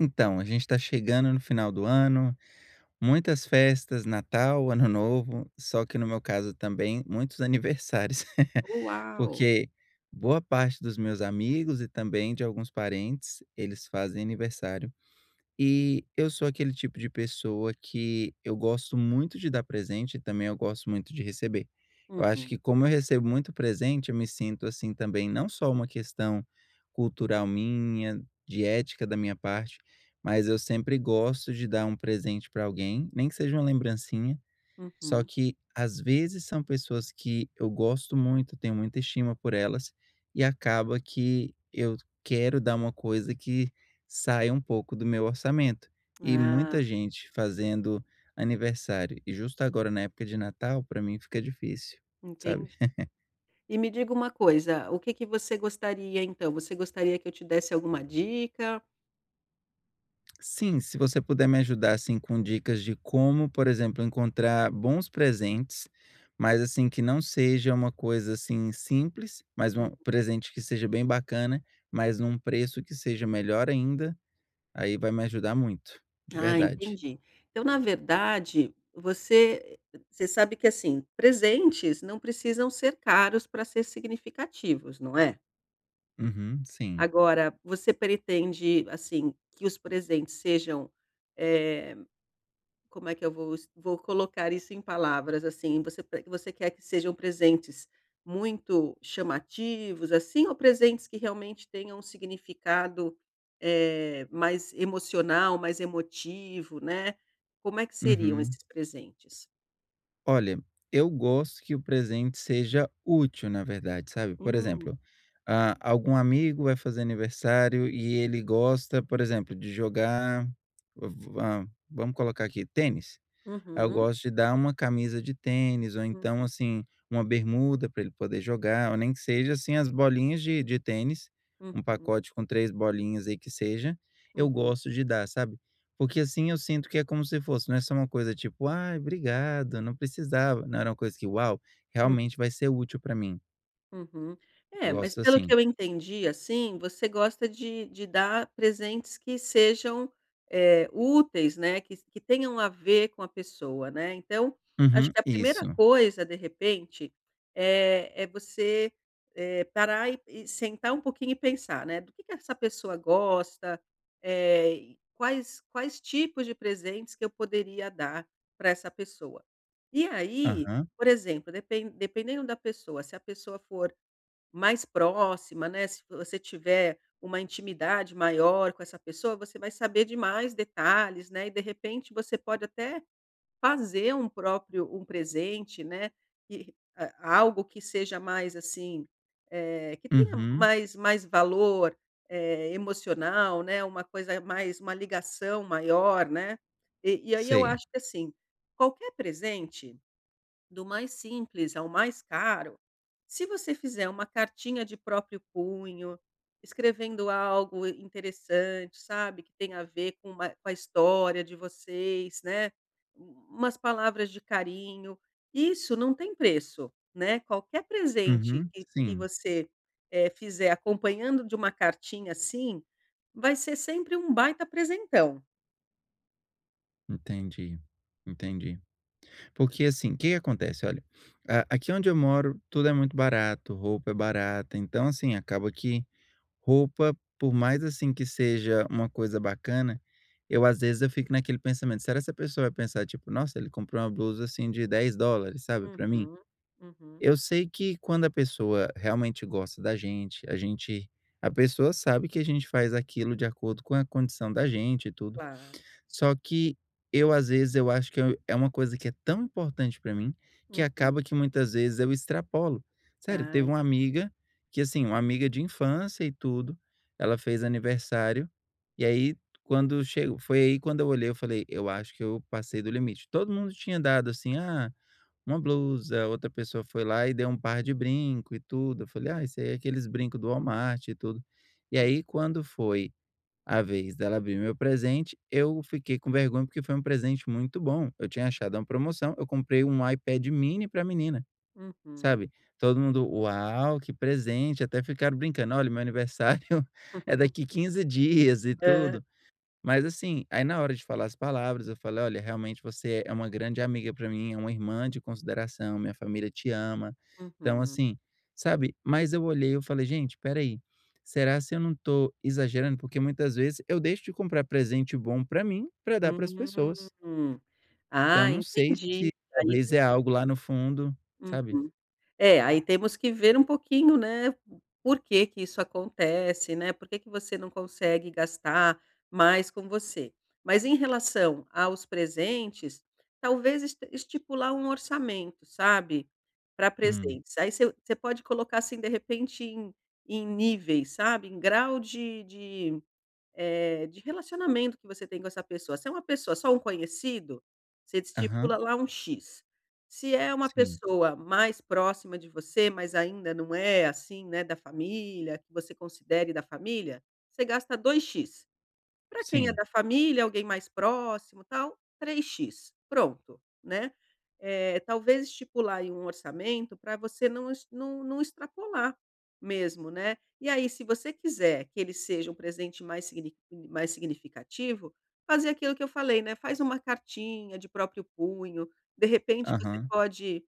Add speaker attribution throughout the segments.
Speaker 1: Então, a gente está chegando no final do ano, muitas festas, Natal, Ano Novo, só que no meu caso também muitos aniversários,
Speaker 2: Uau!
Speaker 1: porque boa parte dos meus amigos e também de alguns parentes, eles fazem aniversário. E eu sou aquele tipo de pessoa que eu gosto muito de dar presente e também eu gosto muito de receber. Eu acho
Speaker 2: Uhum,
Speaker 1: que como eu recebo muito presente, eu me sinto assim também, não só uma questão cultural minha, de ética da minha parte, mas eu sempre gosto de dar um presente para alguém, nem que seja uma lembrancinha. Só
Speaker 2: uhum.
Speaker 1: que, às vezes, são pessoas que eu gosto muito, tenho muita estima por elas, e acaba que eu quero dar uma coisa que saia um pouco do meu orçamento. E
Speaker 2: Ah,
Speaker 1: muita gente fazendo aniversário, e justo agora na época de Natal, para mim fica difícil, sabe?
Speaker 2: entendi. E me diga uma coisa, o que que você gostaria então? Você gostaria que eu te desse alguma dica?
Speaker 1: Sim, se você puder me ajudar, assim, com dicas de como, por exemplo, encontrar bons presentes, mas assim, que não seja uma coisa assim simples, mas um
Speaker 2: Hum.
Speaker 1: presente que seja bem bacana, mas num preço que seja melhor ainda, aí vai me ajudar muito, de
Speaker 2: Ah,
Speaker 1: verdade.
Speaker 2: entendi. Então, na verdade, você sabe que, assim, presentes não precisam ser caros para ser significativos, não é?
Speaker 1: Uhum, sim.
Speaker 2: Agora, você pretende, assim, que os presentes sejam, eh como é que eu vou colocar isso em palavras, assim? Você quer que sejam presentes muito chamativos, assim, ou presentes que realmente tenham um significado, mais emocional, mais emotivo, né? Como é que seriam
Speaker 1: Uhum.
Speaker 2: esses presentes?
Speaker 1: Olha, eu gosto que o presente seja útil, na verdade, sabe? Por
Speaker 2: Hum,
Speaker 1: exemplo, ah, algum amigo vai fazer aniversário e ele gosta, por exemplo, de jogar, vamos colocar aqui, tênis. Aí eu
Speaker 2: uhum,
Speaker 1: gosto de dar uma camisa de tênis ou então,
Speaker 2: hum,
Speaker 1: assim, uma bermuda para ele poder jogar, ou nem que seja, assim, as bolinhas de tênis, um
Speaker 2: uhum,
Speaker 1: pacote com 3 bolinhas aí que seja, eu
Speaker 2: uhum,
Speaker 1: gosto de dar, sabe. Porque assim eu sinto que é como se fosse, não é só uma coisa tipo: "Ai, obrigado, não precisava". Não, era uma coisa que: "Uau,
Speaker 2: uhum.
Speaker 1: realmente vai ser útil para mim".
Speaker 2: Uhum. É, mas
Speaker 1: Gosto
Speaker 2: pelo que
Speaker 1: assim.
Speaker 2: eu entendi, assim, você gosta de dar presentes que sejam, úteis, né, que tenham a ver com a pessoa, né. Então, acho
Speaker 1: Uhum,
Speaker 2: que a primeira
Speaker 1: isso.
Speaker 2: coisa, de repente, é você, parar e sentar um pouquinho e pensar, né, do que essa pessoa gosta, e quais tipos de presentes que eu poderia dar para essa pessoa. E aí
Speaker 1: Aham.
Speaker 2: por exemplo, dependendo da pessoa, se a pessoa for mais próxima, né, se você tiver uma intimidade maior com essa pessoa, você vai saber de mais detalhes, né, e de repente você pode até fazer um próprio um presente, né, que a algo que seja mais, assim, que tenha
Speaker 1: Uhum,
Speaker 2: mais valor, emocional, né, uma coisa mais uma ligação maior, né. E aí eu
Speaker 1: sei.
Speaker 2: acho que, assim, qualquer presente do mais simples ao mais caro, se você fizer uma cartinha de próprio punho, escrevendo algo interessante, sabe, que tem a ver com uma com a história de vocês, né, umas palavras de carinho, isso não tem preço, né, qualquer presente
Speaker 1: Uhum,
Speaker 2: que
Speaker 1: sim.
Speaker 2: você, fizer acompanhando de uma cartinha assim, vai ser sempre um baita presentão.
Speaker 1: Entendi, entendi. Porque assim, o que que acontece? Olha, a aqui onde eu moro tudo é muito barato, roupa é barata, então assim, acaba que roupa, por mais assim que seja uma coisa bacana, eu às vezes eu fico naquele pensamento: "Será que essa pessoa vai pensar tipo: 'Nossa, ele comprou uma blusa assim de $10, sabe, pra mim?".
Speaker 2: Uhum, uhum,
Speaker 1: Eu sei que quando a pessoa realmente gosta da gente, a gente a pessoa sabe que a gente faz aquilo de acordo com a condição da gente e tudo.
Speaker 2: claro.
Speaker 1: Só que eu, às vezes, eu acho que eu é uma coisa que é tão importante pra mim, que
Speaker 2: Uhum.
Speaker 1: acaba que muitas vezes eu extrapolo. Sério, teve
Speaker 2: Ai,
Speaker 1: uma amiga que, assim, uma amiga de infância e tudo, ela fez aniversário, e aí quando chegou foi aí quando eu olhei eu falei: "Eu acho que eu passei do limite". Todo mundo tinha dado, assim, ah, uma blusa, outra pessoa foi lá e deu um par de brinco e tudo, eu falei: "Ah, isso aí é aqueles brinco do Walmart e tudo". E aí
Speaker 2: uhum,
Speaker 1: quando foi a vez dela abrir meu presente, eu fiquei com vergonha, porque foi um presente muito bom. Eu tinha achado uma promoção, eu comprei um iPad mini para a menina,
Speaker 2: uhum.
Speaker 1: sabe. Todo mundo: "Uau, que presente!", até ficaram brincando: "Olha, meu aniversário é daqui 15 dias e
Speaker 2: Hã.
Speaker 1: tudo". Mas assim, aí na hora de falar as palavras, eu falei: "Olha, realmente você é uma grande amiga pra mim, é uma irmã de consideração, minha família te ama". Então
Speaker 2: Uhum.
Speaker 1: assim, sabe, mas eu olhei, eu falei: "Gente, espera aí, será se eu não tô exagerando?" Porque muitas vezes eu deixo de comprar presente bom pra mim, pra dar para as pessoas.
Speaker 2: Hum.
Speaker 1: Então
Speaker 2: Ah,
Speaker 1: não sei
Speaker 2: entendi.
Speaker 1: se
Speaker 2: Aí
Speaker 1: talvez
Speaker 2: tem
Speaker 1: é algo lá no fundo, sabe.
Speaker 2: uhum. É, aí temos que ver um pouquinho, né, por que que isso acontece, né, por que que você não consegue gastar mais com você. Mas em relação aos presentes, talvez es estipular um orçamento, sabe, para
Speaker 1: Hum.
Speaker 2: presentes. Aí você pode colocar, assim, de repente, em níveis, sabe, em grau de relacionamento que você tem com essa pessoa. Se é uma pessoa só um conhecido, você
Speaker 1: Aham.
Speaker 2: estipula lá um X. Se é uma
Speaker 1: Sim,
Speaker 2: pessoa mais próxima de você, mas ainda não é assim, né, da família, que você considere da família, você gasta dois x para quem é
Speaker 1: sim.
Speaker 2: da família, alguém mais próximo, tal, três x pronto, né. Talvez estipular aí um orçamento para você não es não não extrapolar mesmo, né. E aí, se você quiser que ele seja um presente mais significativo, fazer aquilo que eu falei, né, faz uma cartinha de próprio punho, de repente você
Speaker 1: Aham.
Speaker 2: pode,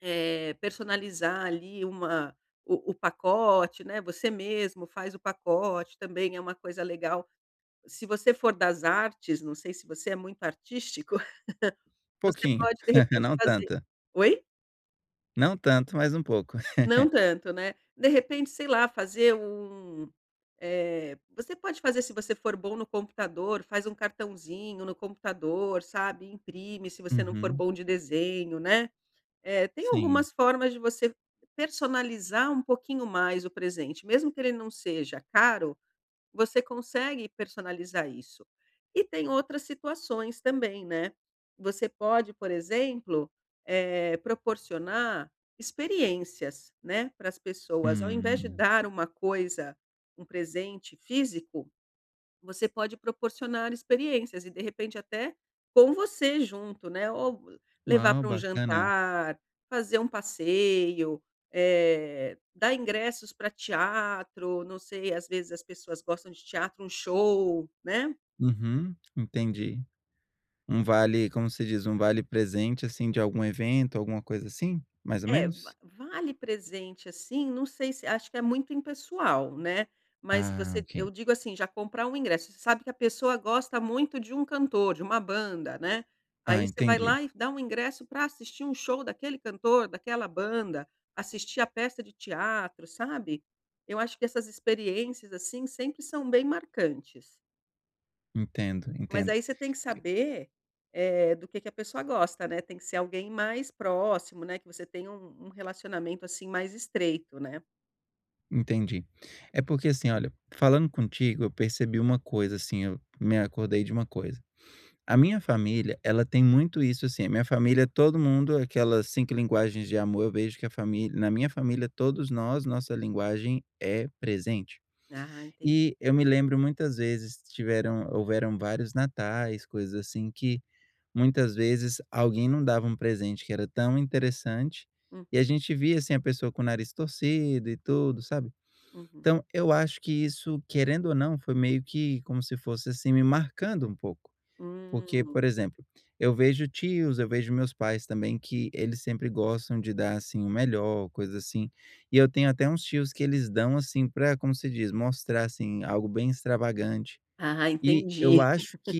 Speaker 2: personalizar ali uma o pacote, né, você mesmo faz o pacote, também é uma coisa legal se você for das artes, não sei se você é muito artístico, você
Speaker 1: Pouquinho.
Speaker 2: pode de repente
Speaker 1: Não
Speaker 2: fazer.
Speaker 1: tanta.
Speaker 2: Oi?
Speaker 1: Não tanto, mas um pouco.
Speaker 2: Não tanto, né. De repente, sei lá, fazer um, você pode fazer se você for bom no computador, faz um cartãozinho no computador, sabe, imprime se você não for
Speaker 1: Uhum.
Speaker 2: bom de desenho, né. Tem
Speaker 1: Sim.
Speaker 2: algumas formas de você personalizar um pouquinho mais o presente, mesmo que ele não seja caro. Você consegue personalizar isso. E tem outras situações também, né. Você pode, por exemplo, proporcionar experiências, né, para as pessoas. Ao invés de
Speaker 1: Hum,
Speaker 2: dar uma coisa, um presente físico, você pode proporcionar experiências e de repente até com você junto, né, ou levar
Speaker 1: uau,
Speaker 2: para um
Speaker 1: bacana.
Speaker 2: jantar, fazer um passeio, dar ingressos para teatro, não sei, às vezes as pessoas gostam de teatro, um show, né?
Speaker 1: Uhum, entendi. Um vale, como se diz, um vale presente assim de algum evento, alguma coisa assim, mais ou
Speaker 2: É, va
Speaker 1: menos?
Speaker 2: vale presente, assim, não sei se acho que é muito impessoal, né, mas
Speaker 1: Ah,
Speaker 2: você
Speaker 1: ok.
Speaker 2: eu digo assim, já comprar um ingresso, você sabe que a pessoa gosta muito de um cantor, de uma banda, né,
Speaker 1: Ah,
Speaker 2: aí você vai
Speaker 1: entendi.
Speaker 2: lá e dá um ingresso para assistir um show daquele cantor, daquela banda, assistir a peça de teatro, sabe. Eu acho que essas experiências, assim, sempre são bem marcantes.
Speaker 1: Entendo,
Speaker 2: Mas
Speaker 1: entendo.
Speaker 2: aí você tem que
Speaker 1: Que-
Speaker 2: saber, do que a pessoa gosta, né, tem que ser alguém mais próximo, né, que você tenha um relacionamento, assim, mais estreito, né.
Speaker 1: Entendi. É porque assim, olha, falando contigo, eu percebi uma coisa assim, eu me acordei de uma coisa. A minha família, ela tem muito isso assim. A minha família, todo mundo, aquelas cinco linguagens de amor, eu vejo que a família, na minha família, todos nós, nossa linguagem é presente.
Speaker 2: Ah, entendi.
Speaker 1: E eu me lembro muitas vezes tiveram houveram vários natais, coisas assim, que muitas vezes alguém não dava um presente que era tão interessante, e a
Speaker 2: Uhum,
Speaker 1: gente via, assim, a pessoa com o nariz torcido e tudo, sabe.
Speaker 2: uhum.
Speaker 1: Então eu acho que isso, querendo ou não, foi meio que como se fosse, assim, me marcando um pouco. Porque, por
Speaker 2: Hum.
Speaker 1: exemplo, eu vejo tios, eu vejo meus pais também que eles sempre gostam de dar, assim, o melhor, coisa assim. E eu tenho até uns tios que eles dão, assim, pra, como se diz, mostrar, assim, algo bem extravagante.
Speaker 2: Ah,
Speaker 1: E eu
Speaker 2: entendi.
Speaker 1: acho que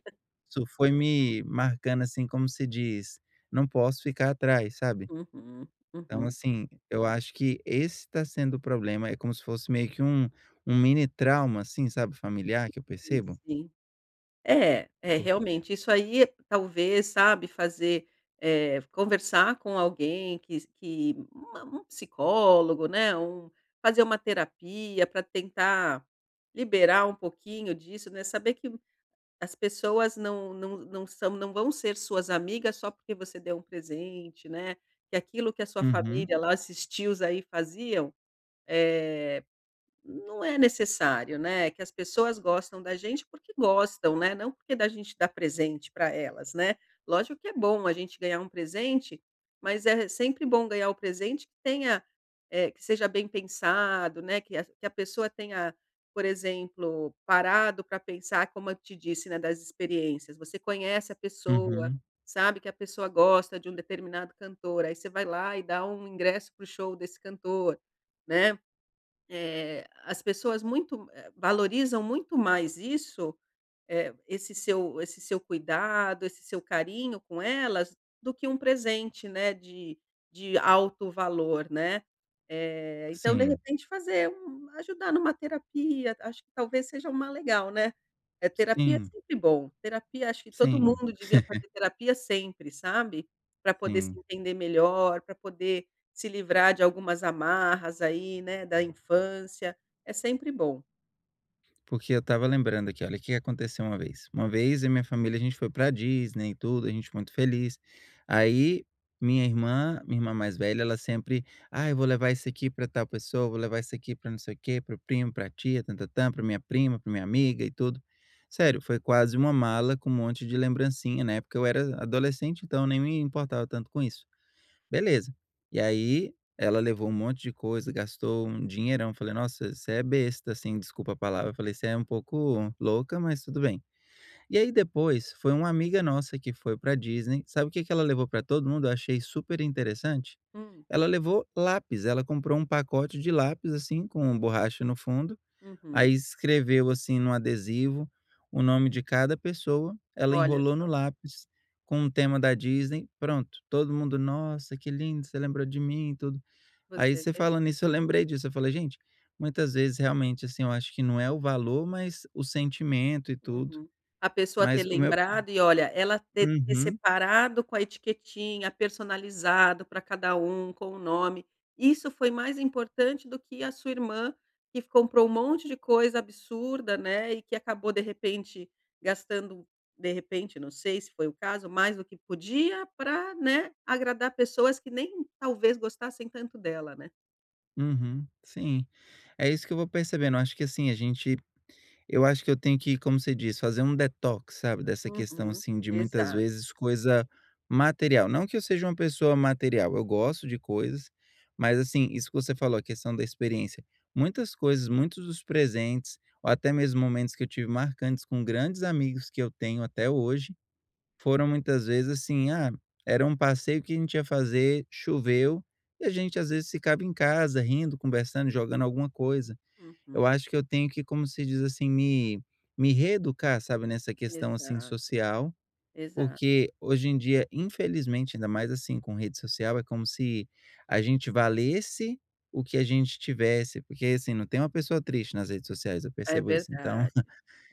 Speaker 1: isso foi me marcando, assim, como se diz, não posso ficar atrás, sabe.
Speaker 2: Uhum,
Speaker 1: Então,
Speaker 2: uhum.
Speaker 1: assim, eu acho que esse tá sendo o problema, é como se fosse meio que um mini trauma, assim, sabe, familiar que eu
Speaker 2: Sim,
Speaker 1: percebo.
Speaker 2: sim. É, é
Speaker 1: Por
Speaker 2: realmente isso aí talvez, sabe, fazer, conversar com alguém que uma um psicólogo, né, um fazer uma terapia para tentar liberar um pouquinho disso, né, saber que as pessoas não são não vão ser suas amigas só porque você deu um presente, né, que aquilo que a sua
Speaker 1: Uhum,
Speaker 2: família lá, esses tios aí faziam, eh não é necessário, né, que as pessoas gostam da gente porque gostam, né, não porque da gente dá presente para elas, né. Lógico que é bom a gente ganhar um presente, mas é sempre bom ganhar o presente que tenha, que seja bem pensado, né, que a pessoa tenha, por exemplo, parado para pensar, como eu te disse, né, das experiências. Você conhece a pessoa,
Speaker 1: uhum.
Speaker 2: sabe que a pessoa gosta de um determinado cantor, aí você vai lá e dá um ingresso para o show desse cantor, né. As pessoas muito, valorizam muito mais isso, esse seu cuidado, esse seu carinho com elas, do que um presente, né, de alto valor, né. Então de
Speaker 1: Sim,
Speaker 2: repente fazer um ajudar numa terapia, acho que talvez seja uma legal, né. É, terapia é
Speaker 1: sim.
Speaker 2: sempre bom, terapia acho que todo
Speaker 1: Sim,
Speaker 2: mundo devia fazer terapia sempre, sabe, para poder se
Speaker 1: sim.
Speaker 2: entender melhor, para poder se livrar de algumas amarras aí, né, da infância, é sempre bom.
Speaker 1: Porque eu estava lembrando aqui, olha, o que aconteceu uma vez. Uma vez, eu e minha família, a gente foi pra Disney e tudo, a gente muito feliz. Aí, minha irmã mais velha, ela sempre: "Ai, vou levar isso aqui pra tal pessoa, vou levar isso aqui pra não sei o quê, para o primo, pra tia, tã-tã-tã, pra minha prima, pra minha amiga e tudo". Sério, foi quase uma mala com um monte de lembrancinha, na época eu era adolescente, então nem me importava tanto com isso. Beleza. E aí, ela levou um monte de coisa, gastou um dinheirão. Falei: "Nossa, você é besta", assim, desculpa a palavra. Falei: "Você é um pouco louca, mas tudo bem". E aí depois, foi uma amiga nossa que foi pra Disney. Sabe o que que ela levou pra todo mundo? Eu achei super interessante.
Speaker 2: Hum,
Speaker 1: Ela levou lápis. Ela comprou um pacote de lápis, assim, com borracha no fundo, aí
Speaker 2: uhum,
Speaker 1: escreveu, assim, no adesivo, o nome de cada pessoa, ela
Speaker 2: olha
Speaker 1: enrolou
Speaker 2: só.
Speaker 1: no lápis com o tema da Disney, pronto, todo mundo: "Nossa, que lindo, você lembrou de mim e tudo". Aí
Speaker 2: Você
Speaker 1: você
Speaker 2: vê?
Speaker 1: falando isso, eu lembrei disso, eu falei: "Gente, muitas vezes realmente, assim, eu acho que não é o valor, mas o sentimento e tudo".
Speaker 2: Uhum. A pessoa ter
Speaker 1: Mas o meu
Speaker 2: lembrado e olha, ela ter
Speaker 1: Uhum,
Speaker 2: separado com a etiquetinha, personalizado para cada um, com o nome, isso foi mais importante do que a sua irmã que comprou um monte de coisa absurda, né, e que acabou de repente gastando, de repente, não sei se foi o caso, mais do que podia para né, agradar pessoas que nem talvez gostassem tanto dela, né.
Speaker 1: uhum, sim. É isso que eu vou percebendo, eu acho que, assim, a gente. Eu acho que eu tenho que, como você disse, fazer um detox, sabe, dessa questão,
Speaker 2: Uhum.
Speaker 1: assim, de muitas
Speaker 2: Exato.
Speaker 1: vezes coisa material. Não que eu seja uma pessoa material, eu gosto de coisas, mas, assim, isso que você falou, a questão da experiência. Muitas coisas, muitos dos presentes, ou até mesmo momentos que eu tive marcantes com grandes amigos que eu tenho até hoje, foram muitas vezes assim: ah, era um passeio que a gente ia fazer, choveu, e a gente às vezes ficava em casa rindo, conversando, jogando alguma coisa. Eu
Speaker 2: Uhum.
Speaker 1: acho que eu tenho que, como se diz assim, me reeducar, sabe, nessa questão, assim,
Speaker 2: Exato,
Speaker 1: social,
Speaker 2: exato.
Speaker 1: porque hoje em dia, infelizmente, ainda mais, assim, com rede social, é como se a gente valesse o que a gente tivesse, porque, assim, não tem uma pessoa triste nas redes sociais, eu
Speaker 2: É
Speaker 1: percebo isso. Então
Speaker 2: verdade,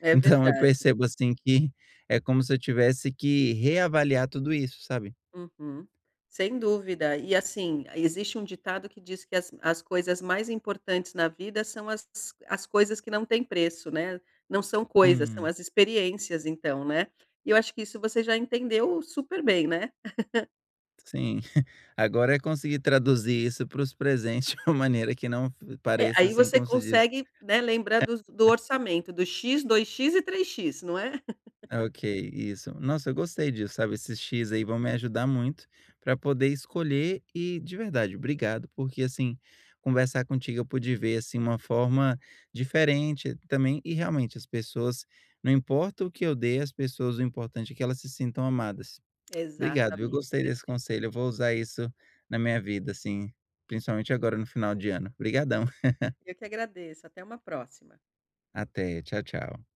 Speaker 2: é
Speaker 1: então eu
Speaker 2: verdade.
Speaker 1: percebo, assim, que é como se eu tivesse que reavaliar tudo isso, sabe.
Speaker 2: Uhum. Sem dúvida. E, assim, existe um ditado que diz que as coisas mais importantes na vida são as coisas que não têm preço, né. Não são coisas, são
Speaker 1: Hum,
Speaker 2: as experiências, então, né. E eu acho que isso você já entendeu super bem, né.
Speaker 1: sim. Agora é conseguir traduzir isso para os presentes de uma maneira que não
Speaker 2: É,
Speaker 1: pareça,
Speaker 2: aí
Speaker 1: assim,
Speaker 2: você
Speaker 1: como se diz.
Speaker 2: consegue, né, lembrar dos do orçamento, do X, dois x e três x não é?
Speaker 1: Ok, isso. Nossa, eu gostei disso, sabe? Esses X aí vão me ajudar muito para poder escolher e, de verdade, obrigado, porque assim, conversar contigo eu pude ver assim uma forma diferente também e realmente as pessoas, não importa o que eu dê, as pessoas, o importante é que elas se sintam amadas. Obrigado, viu?
Speaker 2: Exatamente,
Speaker 1: Gostei desse
Speaker 2: perfeito.
Speaker 1: conselho, eu vou usar isso na minha vida, assim, principalmente agora no final de ano. Obrigadão.
Speaker 2: Eu que agradeço, até uma próxima.
Speaker 1: Até, tchau, tchau.